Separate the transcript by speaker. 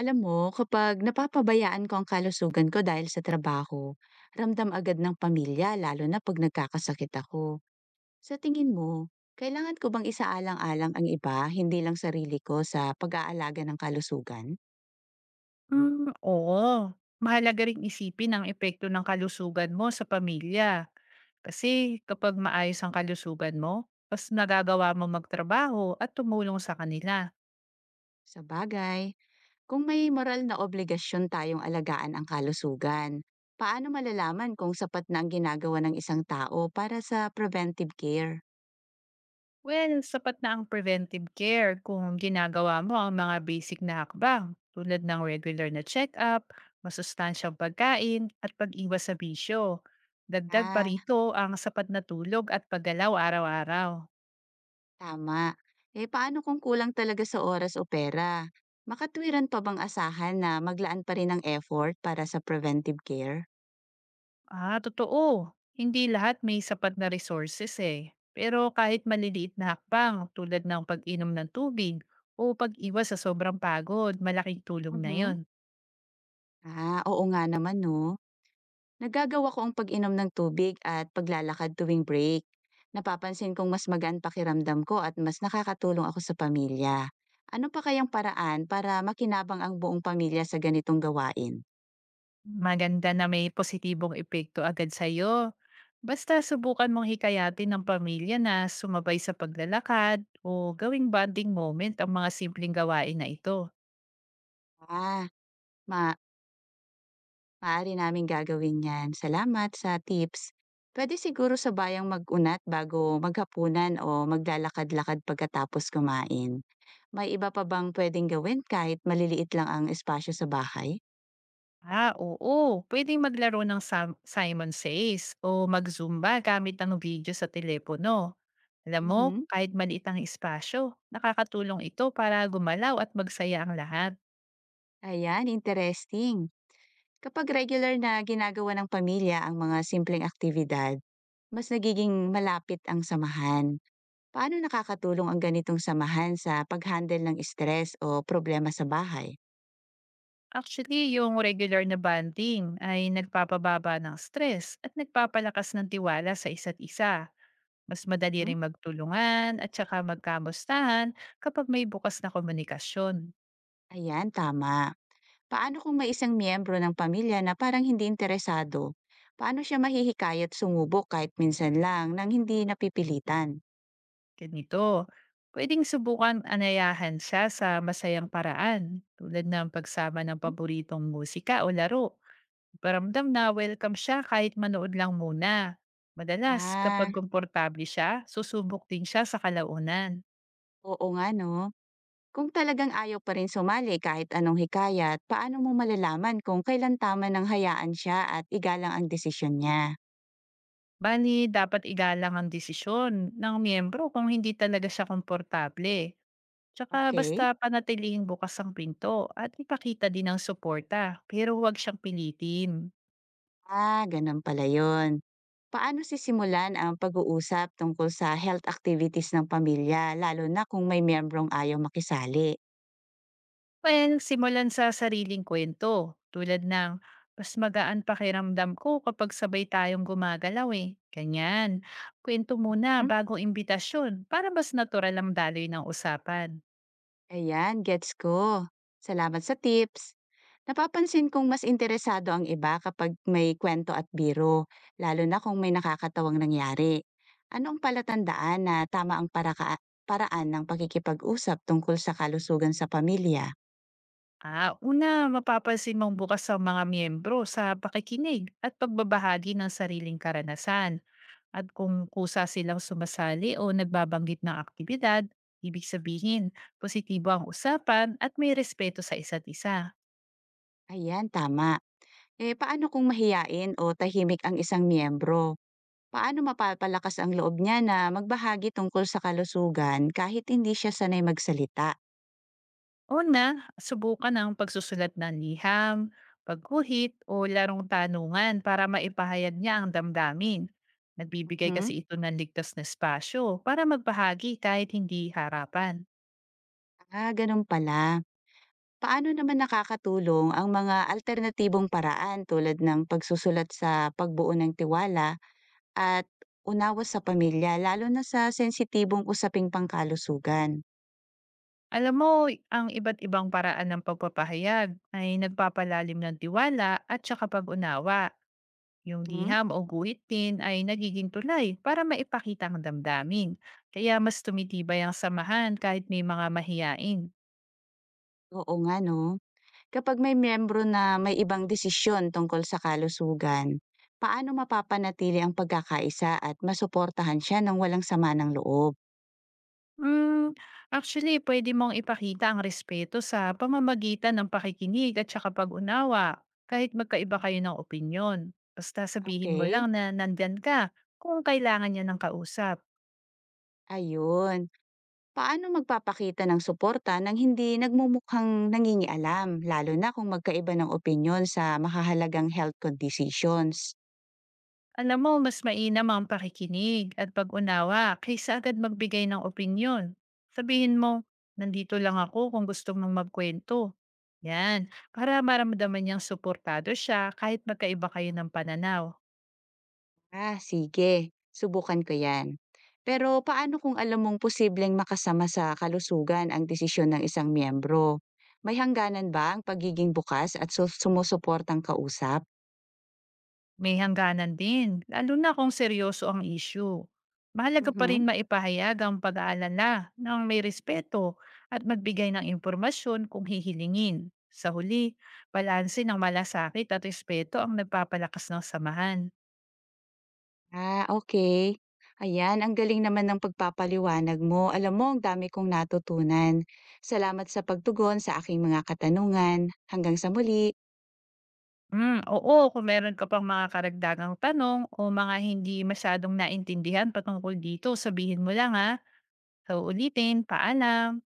Speaker 1: Alam mo, kapag napapabayaan ko ang kalusugan ko dahil sa trabaho, ramdam agad ng pamilya lalo na pag nagkakasakit ako. Sa tingin mo, kailangan ko bang isaalang-alang ang iba, hindi lang sarili ko sa pag-aalaga ng kalusugan?
Speaker 2: Hmm, oo. Mahalaga ring isipin ang epekto ng kalusugan mo sa pamilya. Kasi kapag maayos ang kalusugan mo, mas nagagawa mo magtrabaho at tumulong sa kanila.
Speaker 1: Sa bagay, kung may moral na obligasyon tayong alagaan ang kalusugan, paano malalaman kung sapat na ang ginagawa ng isang tao para sa preventive care?
Speaker 2: Well, sapat na ang preventive care kung ginagawa mo ang mga basic na hakbang tulad ng regular na check-up, masustansyang pagkain, at pag-iwas sa bisyo. Dagdag pa
Speaker 1: Ah,
Speaker 2: rito ang sapat na tulog at paggalaw araw-araw.
Speaker 1: tama. Eh paano kung kulang talaga sa oras o pera? Makatwiran pa bang asahan na maglaan pa rin ng effort para sa preventive care?
Speaker 2: Ah, totoo. Hindi lahat may sapat na resources eh. Pero kahit maliliit na hakbang tulad ng pag-inom ng tubig o pag-iwas sa sobrang pagod, malaking tulong na
Speaker 1: Mhm.
Speaker 2: yon.
Speaker 1: Ah, oo nga naman no. Nagagawa ko ang pag-inom ng tubig at paglalakad tuwing break. Napapansin kong mas magaan pakiramdam ko at mas nakakatulong ako sa pamilya. Ano pa kayang paraan para makinabang ang buong pamilya sa ganitong gawain?
Speaker 2: Maganda na may positibong epekto agad sa'yo. Basta subukan mong hikayatin ng pamilya na sumabay sa paglalakad o gawing bonding moment ang mga simpleng gawain na ito.
Speaker 1: Ah, maaari namin gagawin yan. Salamat sa tips. Pwede siguro sabayang mag-unat bago maghapunan o maglalakad-lakad pagkatapos kumain. May iba pa bang puwedeng gawin kahit maliliit lang ang espasyo sa bahay?
Speaker 2: Ah, oo. Pwedeng maglaro ng Simon Says o mag-Zumba gamit ang video sa telepono. Alam mo,
Speaker 1: Mhm.
Speaker 2: kahit maliit ang espasyo, nakakatulong ito para gumalaw at magsaya ang lahat.
Speaker 1: Ayan, interesting. Kapag regular na ginagawa ng pamilya ang mga simpleng aktibidad, mas nagiging malapit ang samahan. Paano nakakatulong ang ganitong samahan sa pag-handle ng stress o problema sa bahay?
Speaker 2: Actually, yung regular na bonding ay nagpapababa ng stress at nagpapalakas ng tiwala sa isa't isa. Mas madali
Speaker 1: Hmm?
Speaker 2: ring magtulungan at saka magkamustahan kapag may bukas na komunikasyon.
Speaker 1: Ayan, tama. Paano kung may isang miyembro ng pamilya na parang hindi interesado? Paano siya mahihikayat sumubok kahit minsan lang nang hindi napipilitan?
Speaker 2: Ganito, pwedeng subukan anayahan siya sa masayang paraan tulad ng pagsama ng paboritong musika o laro. Paramdam na welcome siya kahit manood lang muna. Madalas, kapag
Speaker 1: Ah,
Speaker 2: komportable siya, susubok din siya sa kalaunan.
Speaker 1: oo nga no. Kung talagang ayaw pa rin sumali kahit anong hikayat, paano mo malalaman kung kailan tama nang hayaan siya at igalang ang desisyon niya?
Speaker 2: Bali, dapat igalang ang desisyon ng miyembro kung hindi talaga siya komportable. Tsaka basta
Speaker 1: Okay.
Speaker 2: panatilihing bukas ang pinto at ipakita din ang suporta, pero huwag siyang pilitin.
Speaker 1: Ah, ganun pala yun. Paano sisimulan ang pag-uusap tungkol sa health activities ng pamilya, lalo na kung may membrong ayaw makisali?
Speaker 2: Well, simulan sa sariling kwento tulad ng mas magaan pakiramdam ko kapag sabay tayong gumagalaw eh. Ganyan. Kwento muna bago imbitasyon para mas natural ang daloy ng usapan.
Speaker 1: Ayan, gets ko. Salamat sa tips. Napapansin kong mas interesado ang iba kapag may kwento at biro, lalo na kung may nakakatawang nangyari. Anong palatandaan na tama ang paraan ng pakikipag-usap tungkol sa kalusugan sa pamilya?
Speaker 2: Ah, una, mapapansin mong bukas sa mga miyembro sa pakikinig at pagbabahagi ng sariling karanasan. At kung kusa silang sumasali o nagbabanggit ng aktibidad, ibig sabihin, positibo ang usapan at may respeto sa isa't isa.
Speaker 1: Ayan, tama. Eh, paano kung mahiyain o tahimik ang isang miyembro? Paano mapapalakas ang loob niya na magbahagi tungkol sa kalusugan kahit hindi siya sanay magsalita?
Speaker 2: Una, subukan ang pagsusulat ng liham, pagguhit o larong tanungan para maipahayag niya ang damdamin. Nagbibigay kasi
Speaker 1: Mhm.
Speaker 2: ito ng ligtas na espasyo para magbahagi kahit hindi harapan.
Speaker 1: Ah, ganun pala. Paano naman nakakatulong ang mga alternatibong paraan tulad ng pagsusulat sa pagbuo ng tiwala at unawas sa pamilya lalo na sa sensitibong usaping pangkalusugan?
Speaker 2: Alam mo, ang iba't ibang paraan ng pagpapahayag ay nagpapalalim ng tiwala at saka pag-unawa. Yung
Speaker 1: Hmm?
Speaker 2: liham o guhit din ay nagiging tulay para maipakita ang damdamin. Kaya mas tumitibay ang samahan kahit may mga mahiyain.
Speaker 1: Oo nga no. Kapag may miyembro na may ibang desisyon tungkol sa kalusugan, paano mapapanatili ang pagkakaisa at masuportahan siya ng walang sama ng loob?
Speaker 2: Hmm, actually pwede mong ipakita ang respeto sa pamamagitan ng pakikinig at saka pag-unawa kahit magkaiba kayo ng opinyon. Basta sabihin mo
Speaker 1: Okay,
Speaker 2: lang na nandyan ka kung kailangan niya ng kausap.
Speaker 1: ayun. Paano magpapakita ng suporta nang hindi nagmumukhang nangingialam, lalo na kung magkaiba ng opinyon sa makahalagang health conditions?
Speaker 2: Alam mo, mas mainam ang pakikinig at pag-unawa kaysa agad magbigay ng opinyon. Sabihin mo, nandito lang ako kung gusto mong magkwento. Yan, para maramdaman niyang suportado siya kahit magkaiba kayo ng pananaw.
Speaker 1: Ah, sige, subukan ko yan. Pero paano kung alam mong posibleng makasama sa kalusugan ang desisyon ng isang miyembro? May hangganan ba ang pagiging bukas at sumusuportang kausap?
Speaker 2: May hangganan din, lalo na kung seryoso ang issue. Mahalaga pa rin
Speaker 1: Mhm.
Speaker 2: maipahayag ang pag-aalala ng may respeto at magbigay ng impormasyon kung hihilingin. Sa huli, balanse ng malasakit at respeto ang nagpapalakas ng samahan.
Speaker 1: Ah, okey. Ayan, ang galing naman ng pagpapaliwanag mo. Alam mo, ang dami kong natutunan. Salamat sa pagtugon sa aking mga katanungan. Hanggang sa muli.
Speaker 2: Mm, oo, kung meron ka pang mga karagdagang tanong o mga hindi masyadong naintindihan patungkol dito, sabihin mo lang ha. So ulitin, paalam.